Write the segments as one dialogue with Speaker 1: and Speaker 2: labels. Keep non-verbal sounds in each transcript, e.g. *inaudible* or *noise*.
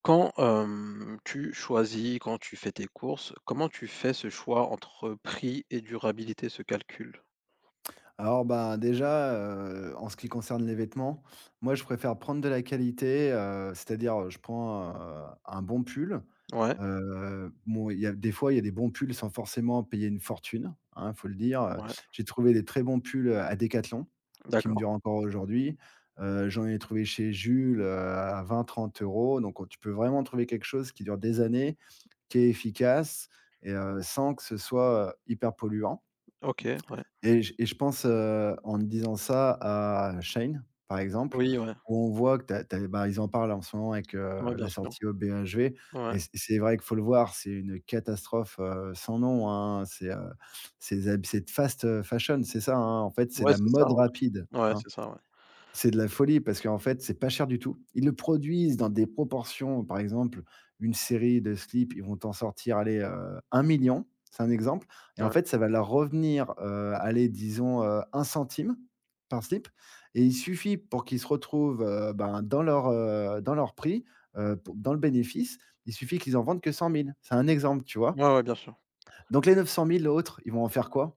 Speaker 1: Quand, tu choisis, quand tu fais tes courses, comment tu fais ce choix entre prix et durabilité, ce calcul?
Speaker 2: Alors, ben, déjà, en ce qui concerne les vêtements, moi, je préfère prendre de la qualité, c'est-à-dire, je prends, un bon pull,
Speaker 1: Ouais,
Speaker 2: bon, il y a des fois, il y a des bons pulls sans forcément payer une fortune, hein, faut le dire.
Speaker 1: ouais,
Speaker 2: J'ai trouvé des très bons pulls, à Decathlon qui me
Speaker 1: d'accord.
Speaker 2: durent encore aujourd'hui, j'en ai trouvé chez Jules, à vingt trente euros. Donc on tu peux vraiment trouver quelque chose qui dure des années, qui est efficace et sans que ce soit, hyper polluant.
Speaker 1: OK, ouais.
Speaker 2: Et je pense, en disant ça, à Shane, par exemple,
Speaker 1: Oui, ouais.
Speaker 2: où on voit que t'as as bah, ils en parlent en ce moment avec,
Speaker 1: Ouais, bien
Speaker 2: la
Speaker 1: sûr.
Speaker 2: sortie au BHV
Speaker 1: Ouais.
Speaker 2: et c'est vrai qu'il faut le voir, c'est une catastrophe, sans nom, hein. C'est z c'est de fast, fashion, c'est ça, hein, en fait, c'est
Speaker 1: Ouais,
Speaker 2: la
Speaker 1: c'est ça,
Speaker 2: mode rapide,
Speaker 1: ouais. Ouais,
Speaker 2: hein.
Speaker 1: c'est ça, ouais.
Speaker 2: C'est de la folie parce qu'en fait, c'est pas cher du tout. Ils le produisent dans des proportions, par exemple, une série de slips, ils vont t'en sortir, allez, 1000, c'est un exemple, et en
Speaker 1: Ouais.
Speaker 2: fait, ça va leur revenir, allez, disons, 1 centime par slip, et il suffit pour qu'ils se retrouvent, ben, dans leur prix, pou dans le bénéfice, il suffit qu'ils en vendent que 100 000. C'est un exemple, tu vois?
Speaker 1: Ouais, ouais, bien sûr.
Speaker 2: Donc les 900 000 autres, ils vont en faire quoi?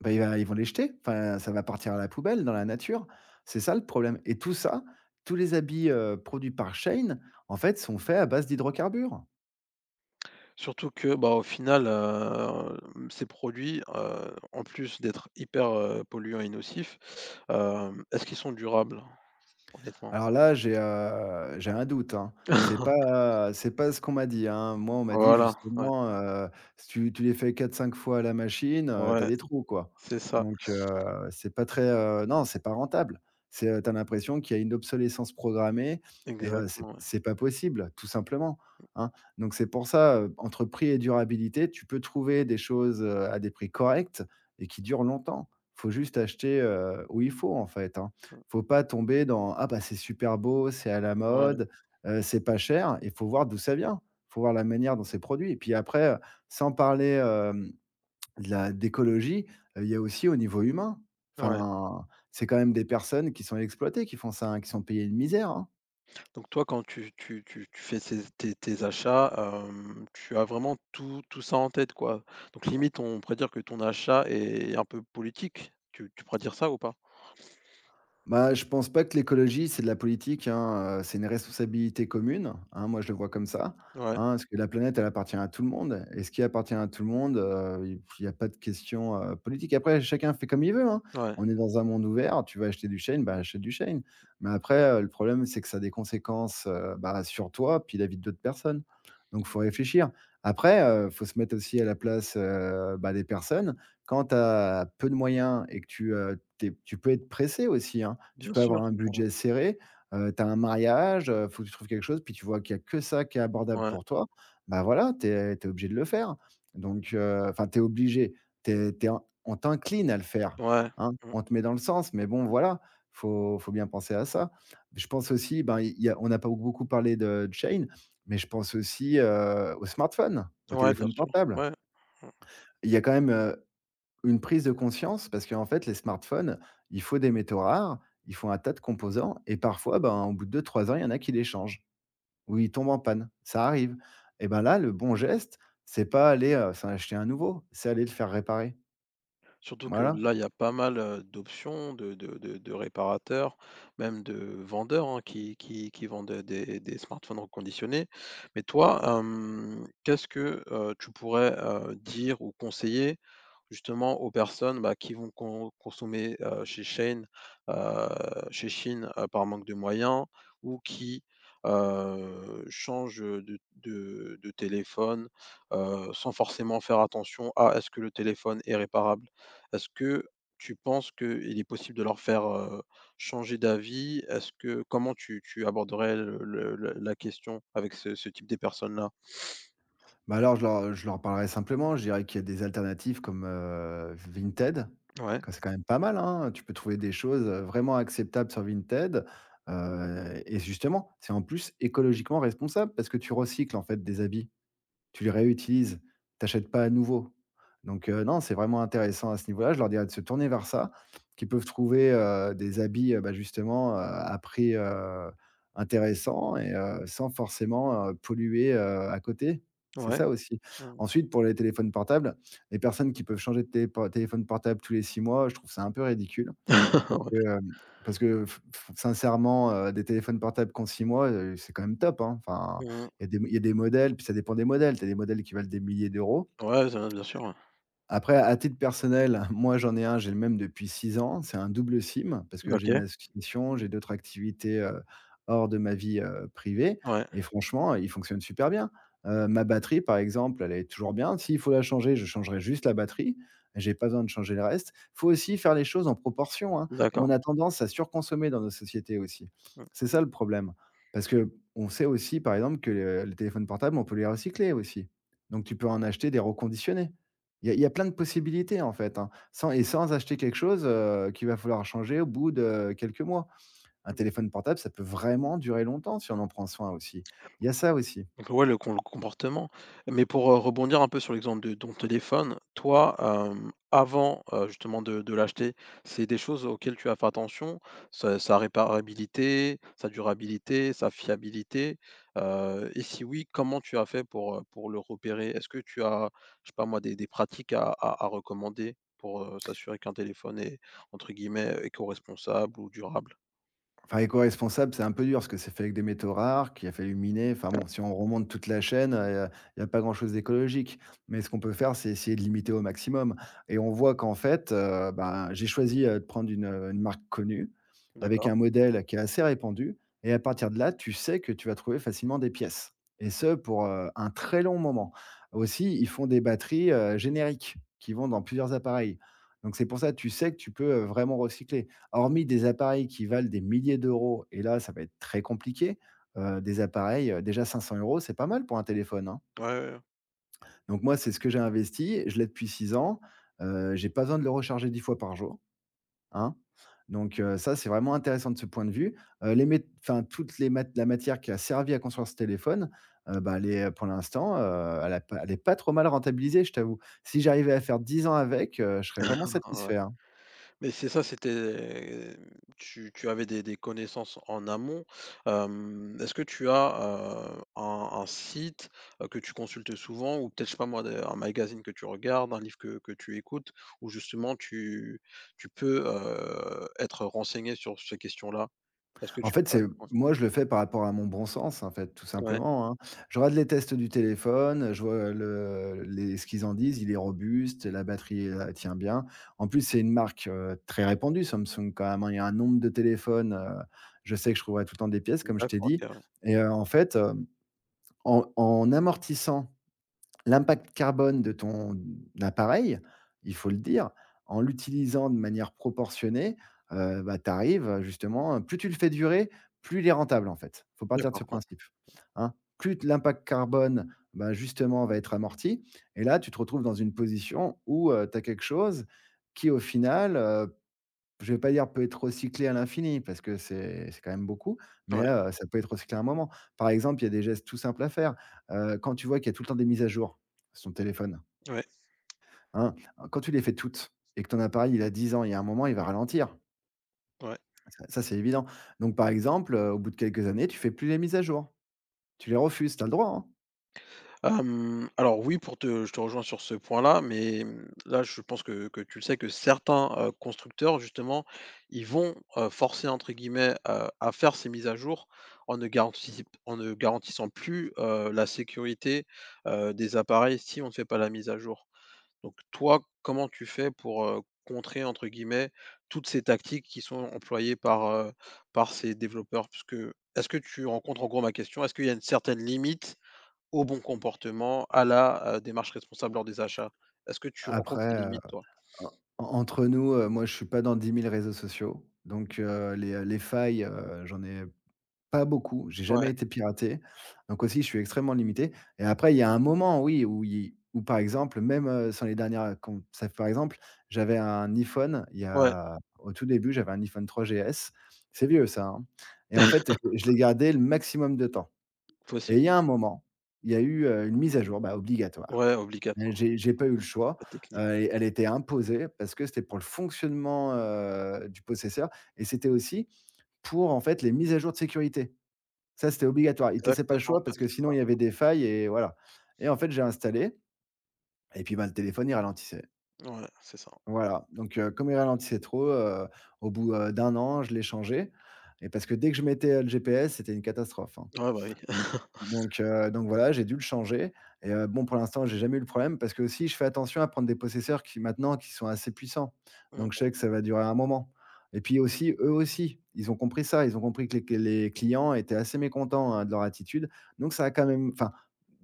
Speaker 2: Bah, il va ils vont les jeter, enfin, ça va partir à la poubelle, dans la nature. C'est ça le problème, et tout ça, tous les habits, produits par Shein, en fait, sont faits à base d'hydrocarbures.
Speaker 1: Surtout que, bah, au final, ces produits, en plus d'être hyper, polluants et nocifs, est-ce qu'ils sont durables, honnêtement?
Speaker 2: Alors là, j'ai un doute, hein. C'est
Speaker 1: *laughs*
Speaker 2: pas c'est pas ce qu'on m'a dit, hein. Moi, on m'a dit
Speaker 1: Voilà, ouais,
Speaker 2: justement, si tu les fais quatre cinq fois à la machine, tu
Speaker 1: ouais,
Speaker 2: des trous, quoi.
Speaker 1: c'est ça,
Speaker 2: Donc, c'est pas très, non, c'est pas rentable. C'est, tu l'impression qu'il y a une obsolescence programmée et heu, c'est
Speaker 1: exactement, ouais.
Speaker 2: c'est pas possible, tout simplement, hein. Donc c'est pour ça, entre prix et durabilité, tu peux trouver des choses, à des prix corrects et qui durent longtemps. Faut juste acheter, où il faut, en fait, hein. Faut pas tomber dans: «Ah bah, c'est super beau, c'est à la
Speaker 1: Ouais,
Speaker 2: mode, c'est pas cher», et faut voir d'où ça vient. Faut voir la manière dont c'est produit et puis après, sans parler, de la d'écologie, il y a aussi au niveau humain.
Speaker 1: ouais.
Speaker 2: Enfin, c'est quand même des personnes qui sont exploitées qui font ça, hein, qui sont payées une misère, hein.
Speaker 1: Donc toi, quand tu fais ces tes tes achats, tu as vraiment tout ça en tête, quoi? Donc limite, on pourrait dire que ton achat est un peu politique. Tu pourrais dire ça ou pas?
Speaker 2: Bah, je pense pas que l'écologie, c'est de la politique, hein, c'est une responsabilité commune, hein, moi je le vois comme ça,
Speaker 1: Ouais,
Speaker 2: hein, parce que la planète, elle appartient à tout le monde et ce qui appartient à tout le monde, il y a pas de question, politique. Après, chacun fait comme il veut, hein.
Speaker 1: ouais,
Speaker 2: On est dans un monde ouvert, tu vas acheter du Shein, bah, achète du Shein. Mais après, le problème, c'est que ça a des conséquences, bah, sur toi, puis la vie d'autres personnes. Donc faut réfléchir. Après, faut se mettre aussi à la place, bah, des personnes. Quand tu as peu de moyens et que tu peux être pressé aussi, hein. Tu
Speaker 1: bien
Speaker 2: peux
Speaker 1: sûr.
Speaker 2: avoir un
Speaker 1: Ouais,
Speaker 2: budget serré, tu as un mariage, faut que tu trouves quelque chose, puis tu vois qu'il y a que ça qui est abordable
Speaker 1: ouais,
Speaker 2: pour toi, bah, voilà, tu es obligé de le faire. Donc enfin, tu es obligé, t'es, es en on t'incline à le faire,
Speaker 1: ouais,
Speaker 2: hein.
Speaker 1: mmh,
Speaker 2: On te met dans le sens, mais bon, voilà, faut bien penser à ça. Je pense aussi, ben, il y a on n'a pas beaucoup parlé de chain, mais je pense aussi, aux smartphones, aux
Speaker 1: ouais, bien
Speaker 2: téléphones
Speaker 1: sûr,
Speaker 2: portables.
Speaker 1: ouais.
Speaker 2: Il y a quand même, une prise de conscience parce qu'en fait, les smartphones, il faut des métaux rares, il faut un tas de composants, et parfois, ben, au bout de deux trois ans, il y en a qui les changent ou ils tombent en panne. Ça arrive, et ben, là, le bon geste, c'est pas aller, s'en acheter un nouveau, c'est aller le faire réparer.
Speaker 1: Surtout que
Speaker 2: Voilà.
Speaker 1: là, il y a pas mal, d'options, de réparateurs, même de vendeurs, hein, qui vendent des smartphones reconditionnés. Mais toi, qu'est-ce que, tu pourrais, dire ou conseiller justement aux personnes, bah, qui vont consommer, heu, chez Shein, par manque de moyens ou qui, changent, de téléphone, sans forcément faire attention à: «Est-ce que le téléphone est réparable?» Est-ce que tu penses qu'il est possible de leur faire, changer d'avis? Est-ce que comment tu aborderais le la question avec ce type de personnes-là?
Speaker 2: Bah, alors je leur parlerai simplement, je dirais qu'il y a des alternatives comme, Vinted,
Speaker 1: Ouais,
Speaker 2: que c'est quand même pas mal, hein. Tu peux trouver des choses, vraiment acceptables sur Vinted, et justement, c'est en plus écologiquement responsable parce que tu recycles, en fait, des habits. Tu les réutilises, t'achètes pas à nouveau. Donc non, c'est vraiment intéressant à ce niveau-là. Je leur dirais de se tourner vers ça, qu'ils peuvent trouver, des habits, bah, justement, à prix, intéressant et sans forcément, polluer, à côté. C'est
Speaker 1: ouais.
Speaker 2: ça aussi.
Speaker 1: Mmh.
Speaker 2: Ensuite, pour les téléphones portables, les personnes qui peuvent changer de télépo téléphone portable tous les 6 mois, je trouve ça un peu ridicule, que,
Speaker 1: *laughs*
Speaker 2: hem, parce que f f sincèrement, des téléphones portables qui ont 6 mois, c'est quand même top, hein. Enfin,
Speaker 1: Ouais. Mmh.
Speaker 2: il y a des modèles, puis ça dépend des modèles. Tu as des modèles qui valent des milliers d'euros.
Speaker 1: Ouais, ça bien sûr, ouais.
Speaker 2: Après, à titre personnel, *laughs* moi, j'en ai un, j'ai le même depuis 6 ans. C'est un double SIM parce que j'ai une
Speaker 1: OK,
Speaker 2: association, j'ai d'autres activités, hors de ma vie, privée,
Speaker 1: ouais,
Speaker 2: et franchement, il fonctionne super bien. Ma batterie, par exemple, elle est toujours bien. S'il faut la changer, je changerai juste la batterie. J'ai pas besoin de changer le reste. Faut aussi faire les choses en proportion, hein, et on
Speaker 1: d'accord.
Speaker 2: a tendance à surconsommer dans nos sociétés aussi.
Speaker 1: Mmh.
Speaker 2: C'est ça le problème, parce que on sait aussi, par exemple, que, les téléphones portables, on peut les recycler aussi. Donc tu peux en acheter des reconditionnés. Il y a plein de possibilités, en fait, hein, sans et sans acheter quelque chose, qu'il va falloir changer au bout de quelques mois. Un
Speaker 1: Mmh.
Speaker 2: téléphone portable, ça peut vraiment durer longtemps si on en prend soin aussi. Il y a ça aussi.
Speaker 1: Donc ouais, le comportement. Mais pour, rebondir un peu sur l'exemple de ton téléphone, toi, avant, justement de l'acheter, c'est des choses auxquelles tu as fait attention? Sa réparabilité, sa durabilité, sa fiabilité? Et si oui, comment tu as fait pour le repérer? Est-ce que tu as, je sais pas moi, des pratiques à recommander pour, s'assurer qu'un téléphone est entre guillemets «éco-responsable» ou durable?
Speaker 2: Enfin, éco-responsable, c'est un peu dur parce que c'est fait avec des métaux rares, qu'il a fallu miner. Enfin bon, si on remonte toute la chaîne, il y a pas grand-chose d'écologique. Mais ce qu'on peut faire, c'est essayer de limiter au maximum, et on voit qu'en fait, ben, j'ai choisi, de prendre une marque connue avec
Speaker 1: D'accord.
Speaker 2: un modèle qui est assez répandu, et à partir de là, tu sais que tu vas trouver facilement des pièces, et ce pour, un très long moment. Aussi, ils font des batteries, génériques qui vont dans plusieurs appareils. Donc c'est pour ça, tu sais que tu peux, vraiment recycler. Hormis des appareils qui valent des milliers d'euros, et là, ça va être très compliqué, des appareils, déjà 500 euros, c'est pas mal pour un téléphone, hein.
Speaker 1: Ouais, ouais, ouais.
Speaker 2: Donc moi, c'est ce que j'ai investi, je l'ai depuis 6 ans, j'ai pas besoin de le recharger 10 fois par jour, hein. Donc ça, c'est vraiment intéressant de ce point de vue. Les mét enfin toutes les mat la matière qui a servi à construire ce téléphone, bah, elle est, pour l'instant, elle a pas est pas trop mal rentabilisée, je t'avoue. Si j'arrivais à faire 10 ans avec, je serais vraiment
Speaker 1: Mmh.
Speaker 2: satisfait,
Speaker 1: Ouais.
Speaker 2: hein.
Speaker 1: Mais c'est ça, c'était tu avais des connaissances en amont. Est-ce que tu as, un site, que tu consultes souvent ou peut-être, je sais pas moi, de un magazine que tu regardes, un livre que tu écoutes, où justement tu peux, être renseigné sur ces questions-là? Est-ce que
Speaker 2: En
Speaker 1: tu
Speaker 2: fait,
Speaker 1: pourrais
Speaker 2: c'est moi, je le fais par rapport à mon bon sens, en fait, tout
Speaker 1: ouais,
Speaker 2: simplement, hein. Je regarde les tests du téléphone, je vois le les ce qu'ils en disent, il est robuste, la batterie, elle tient bien. En plus, c'est une marque, très répandue, Samsung, quand même, hein. Il y a un nombre de téléphones, je sais que je trouverai tout le temps des pièces,
Speaker 1: ouais,
Speaker 2: comme je t'ai
Speaker 1: d'accord,
Speaker 2: dit,
Speaker 1: OK, ouais.
Speaker 2: et en fait, en amortissant l'impact carbone de ton appareil, il faut le dire, en l'utilisant de manière proportionnée, bah, tu arrives, justement, plus tu le fais durer, plus il est rentable, en fait. Il faut partir de ce
Speaker 1: D'accord, ouais.
Speaker 2: principe, hein. Plus t l'impact carbone, bah, justement, va être amorti, et là, tu te retrouves dans une position où, tu as quelque chose qui, au final, je vais pas dire peut être recyclé à l'infini parce que c'est quand même beaucoup, mais
Speaker 1: Ouais,
Speaker 2: ça peut être recyclé à un moment. Par exemple, il y a des gestes tout simples à faire, quand tu vois qu'il y a tout le temps des mises à jour sur ton téléphone,
Speaker 1: ouais,
Speaker 2: hein, quand tu les fais toutes et que ton appareil il a 10 ans, il y a un moment, il va ralentir.
Speaker 1: ouais.
Speaker 2: Ça, c'est évident. Donc par exemple, au bout de quelques années, tu fais plus les mises à jour. Tu les refuses, tu as le droit, hein.
Speaker 1: Alors oui, pour te je te rejoins sur ce point-là, mais mmh, là, je pense que tu le sais, que certains, constructeurs, justement, ils vont, «forcer» entre guillemets, à faire ces mises à jour en ne garantissi en ne garantissant plus, la sécurité, des appareils si on ne fait pas la mise à jour. Donc toi, comment tu fais pour, «contrer» entre guillemets toutes ces tactiques qui sont employées par, par ces développeurs? Parce que est-ce que tu rencontres en gros ma question, est-ce qu'il y a une certaine limite au bon comportement, à la, démarche responsable lors des achats. Est-ce que tu
Speaker 2: Après,
Speaker 1: rencontres ces limites, toi?
Speaker 2: en entre nous, moi, je suis pas dans 10 000 réseaux sociaux, donc les failles, j'en ai pas beaucoup, j'ai
Speaker 1: Ouais,
Speaker 2: jamais été piraté, donc aussi je suis extrêmement limité et après il y a un moment, oui, où par exemple même, sur les dernières com ça par exemple, j'avais un iPhone il y
Speaker 1: ouais,
Speaker 2: a au tout début, j'avais un iPhone 3GS, c'est vieux ça, hein et en fait je
Speaker 1: *laughs*
Speaker 2: je l'ai gardé le maximum de temps et il
Speaker 1: possible.
Speaker 2: y a un moment, il y a eu, une mise à jour, bah, obligatoire
Speaker 1: Ouais,
Speaker 2: et
Speaker 1: obligatoire,
Speaker 2: j'ai pas eu le choix,
Speaker 1: la technique.
Speaker 2: et elle était imposée parce que c'était pour le fonctionnement, du possesseur et c'était aussi pour en fait les mises à jour de sécurité. Ça, c'était obligatoire. Ils te laissaient pas le
Speaker 1: Exactement,
Speaker 2: choix
Speaker 1: ouais,
Speaker 2: parce que
Speaker 1: c'est ça.
Speaker 2: sinon il y avait des failles et voilà. Et en fait, j'ai installé et puis, ben, le téléphone, il ralentissait.
Speaker 1: Ouais, c'est ça.
Speaker 2: Voilà, donc comme il ralentissait trop, au bout, d'1 an, je l'ai changé et parce que dès que je mettais, le GPS, c'était une catastrophe, hein.
Speaker 1: Ouais, bah, oui. *laughs*
Speaker 2: Donc voilà, j'ai dû le changer et bon, pour l'instant, j'ai jamais eu le problème parce que aussi, je fais attention à prendre des possesseurs qui maintenant qui sont assez puissants. Donc je
Speaker 1: Mmh
Speaker 2: sais que ça va durer un moment et puis aussi, eux aussi, ils ont compris ça. Ils ont compris que les clients étaient assez mécontents, hein, de leur attitude. Donc ça a quand même enfin,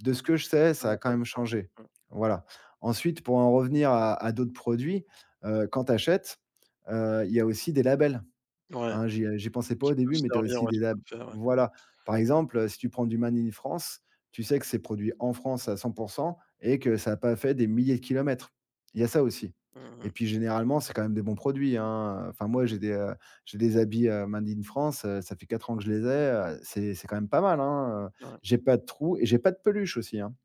Speaker 2: de ce que je
Speaker 1: ça
Speaker 2: sais,
Speaker 1: a un
Speaker 2: ça a quand même
Speaker 1: impact,
Speaker 2: changé.
Speaker 1: ouais.
Speaker 2: Voilà. Ensuite, pour en revenir à d'autres produits, quand tu achètes, il y a aussi des labels.
Speaker 1: Mmh. Ouais,
Speaker 2: Hein, j'y pensais pas
Speaker 1: qui
Speaker 2: au
Speaker 1: peuvent
Speaker 2: début, mais tu as
Speaker 1: servir,
Speaker 2: aussi
Speaker 1: ouais,
Speaker 2: des lab
Speaker 1: tout à fait, ouais.
Speaker 2: voilà. Par exemple, si tu prends du Made in France, tu sais que c'est produit en France à 100 et que ça a pas fait des milliers de kilomètres. Il y a ça aussi
Speaker 1: Mmh
Speaker 2: et
Speaker 1: mh.
Speaker 2: puis généralement, c'est quand même des bons produits, hein, enfin moi j'ai des habits, Made in France, ça fait 4 ans que je les ai, c'est quand même pas mal, hein,
Speaker 1: Ouais.
Speaker 2: j'ai pas de trou et j'ai pas de peluche aussi, hein.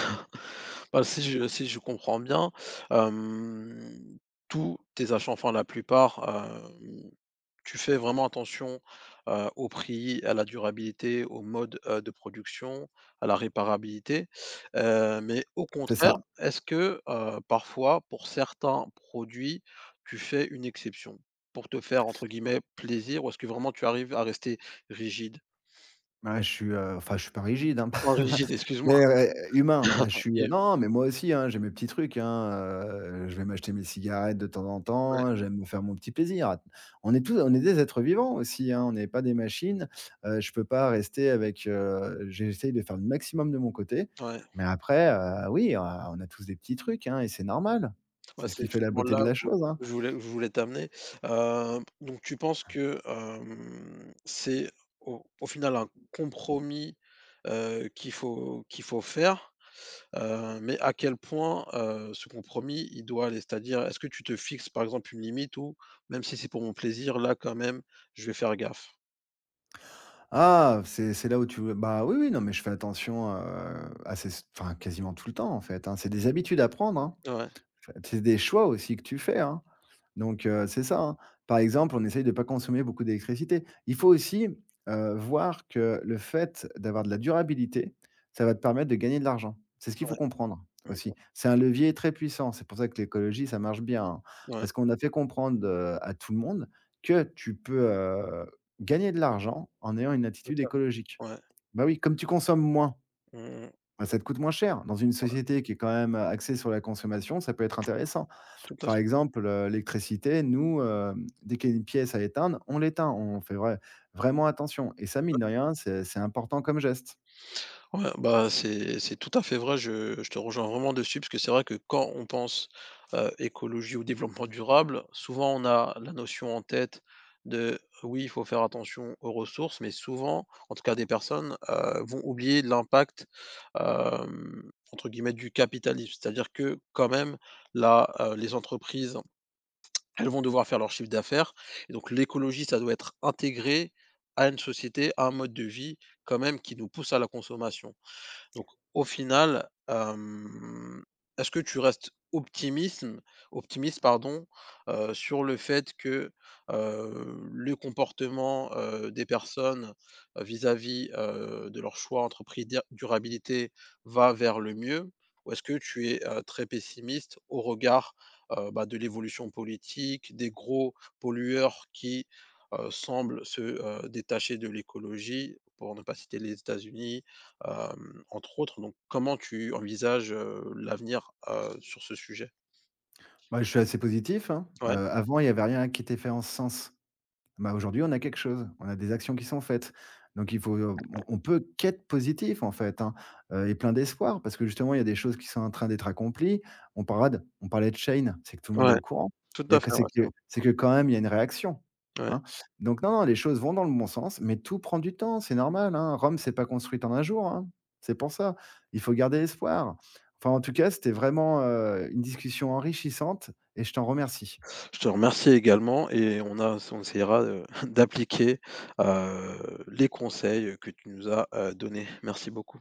Speaker 1: *laughs* Bah, si je comprends bien, hem, tous tes achats, enfin la plupart, hem tu fais vraiment attention, au prix, à la durabilité, au mode, de production, à la réparabilité, mais au
Speaker 2: C'est
Speaker 1: contraire,
Speaker 2: ça.
Speaker 1: est-ce que, parfois, pour certains produits, tu fais une exception? Pour te faire, entre guillemets, «plaisir» ou est-ce que vraiment tu arrives à rester rigide?
Speaker 2: Ouais, je suis, enfin je suis pas rigide, hein.
Speaker 1: Enfin rigide, excuse-moi.
Speaker 2: Mais ouais, humain, bah, je
Speaker 1: *laughs*
Speaker 2: suis
Speaker 1: Et
Speaker 2: non, mais moi aussi, hein, j'ai mes petits trucs, hein, je vais m'acheter mes cigarettes de temps en
Speaker 1: ouais,
Speaker 2: temps, j'aime me faire mon petit plaisir. On est des êtres vivants aussi, hein, on n'est pas des machines. Je peux pas rester avec, j'essaye de faire le maximum de mon côté,
Speaker 1: ouais.
Speaker 2: mais après, oui, on a tous des petits trucs, hein, et c'est normal.
Speaker 1: Bah,
Speaker 2: C'est ce
Speaker 1: c'est
Speaker 2: qui fait la
Speaker 1: justement
Speaker 2: beauté de
Speaker 1: là
Speaker 2: la
Speaker 1: où
Speaker 2: chose, hein.
Speaker 1: où je voulais où je voulais t'amener. Donc tu penses que, c'est au au final un compromis, qu'il faut faire, mais à quel point, ce compromis, il doit aller? C'est-à-dire, est-ce que tu te fixes par exemple une limite ou même si c'est pour mon plaisir, là quand même, je vais faire gaffe?
Speaker 2: Ah, c'est là où tu veux bah, oui, oui, non, mais je fais attention, à ces enfin, quasiment tout le temps, en fait, hein. C'est des habitudes à prendre, hein.
Speaker 1: Ouais,
Speaker 2: Bah, c'est des choix aussi que tu fais, hein. Donc c'est ça, hein. Par exemple, on essaye de pas consommer beaucoup d'électricité. Il faut aussi, voir que le fait d'avoir de la durabilité, ça va te permettre de gagner de l'argent. C'est ce qu'il faut
Speaker 1: ouais,
Speaker 2: comprendre aussi.
Speaker 1: mmh,
Speaker 2: C'est un levier très puissant. C'est pour ça que l'écologie, ça marche bien, hein.
Speaker 1: ouais,
Speaker 2: Parce qu'on a fait comprendre, à tout le monde que tu peux, gagner de l'argent en ayant une
Speaker 1: tout
Speaker 2: attitude
Speaker 1: à
Speaker 2: écologique.
Speaker 1: fait. Ouais,
Speaker 2: Bah oui, comme tu consommes moins,
Speaker 1: mmh mmh.
Speaker 2: bah, ça te coûte moins cher. Dans une société qui est quand même, axée sur la consommation, ça peut être intéressant.
Speaker 1: Tout à
Speaker 2: Par
Speaker 1: f
Speaker 2: exemple, l'électricité, nous, dès qu'il y a une pièce à éteindre, on l'éteint. On fait vraiment attention et ça, mine de rien, c'est important comme geste.
Speaker 1: ouais, bah, c'est tout à fait vrai, je te rejoins vraiment dessus, parce que c'est vrai que quand on pense, écologie ou développement durable, souvent on a la notion en tête de: «Oui, il faut faire attention aux ressources», mais souvent, en tout cas des personnes, vont oublier l'impact, entre guillemets, «du capitalisme». C'est-à-dire que quand même là, les entreprises, elles vont devoir faire leur chiffre d'affaires et donc l'écologie, ça doit être intégré à une société, à un mode de vie quand même qui nous pousse à la consommation. Donc au final, est-ce que tu restes optimisme optimiste pardon, sur le fait que, le comportement, des personnes, vis-à-vis, de leur choix entre prix dir durabilité va vers le mieux? Ou est-ce que tu es, très pessimiste au regard, bah, de l'évolution politique, des gros pollueurs qui, semblent se, détacher de l'écologie, pour ne pas citer les États-Unis, entre autres, donc comment tu envisages, l'avenir, sur ce sujet?
Speaker 2: Moi, je suis assez positif, hein,
Speaker 1: Ouais,
Speaker 2: avant, il n'y avait rien qui était fait en ce sens. Bah, aujourd'hui, on a quelque chose, on a des actions qui sont faites. Donc il faut, on peut qu'être positif en fait, hein, et plein d'espoir parce que justement, il y a des choses qui sont en train d'être accomplies. On parlait de Shein, c'est que tout le monde est au
Speaker 1: ouais,
Speaker 2: courant.
Speaker 1: tout
Speaker 2: Il y a
Speaker 1: à
Speaker 2: que
Speaker 1: fait,
Speaker 2: c'est
Speaker 1: ouais, c'est
Speaker 2: que
Speaker 1: vrai.
Speaker 2: c'est que quand même, il y a une réaction,
Speaker 1: Ouais.
Speaker 2: hein. Donc non, non, les choses vont dans le bon sens, mais tout prend du temps, c'est normal, hein. Rome c'est pas construite en un jour, hein. C'est pour ça. Il faut garder espoir. Enfin, en tout cas, c'était vraiment, une discussion enrichissante et je t'en remercie.
Speaker 1: Je te remercie également et on a on essaiera, *laughs* d'appliquer, les conseils que tu nous as, donnés. Merci beaucoup.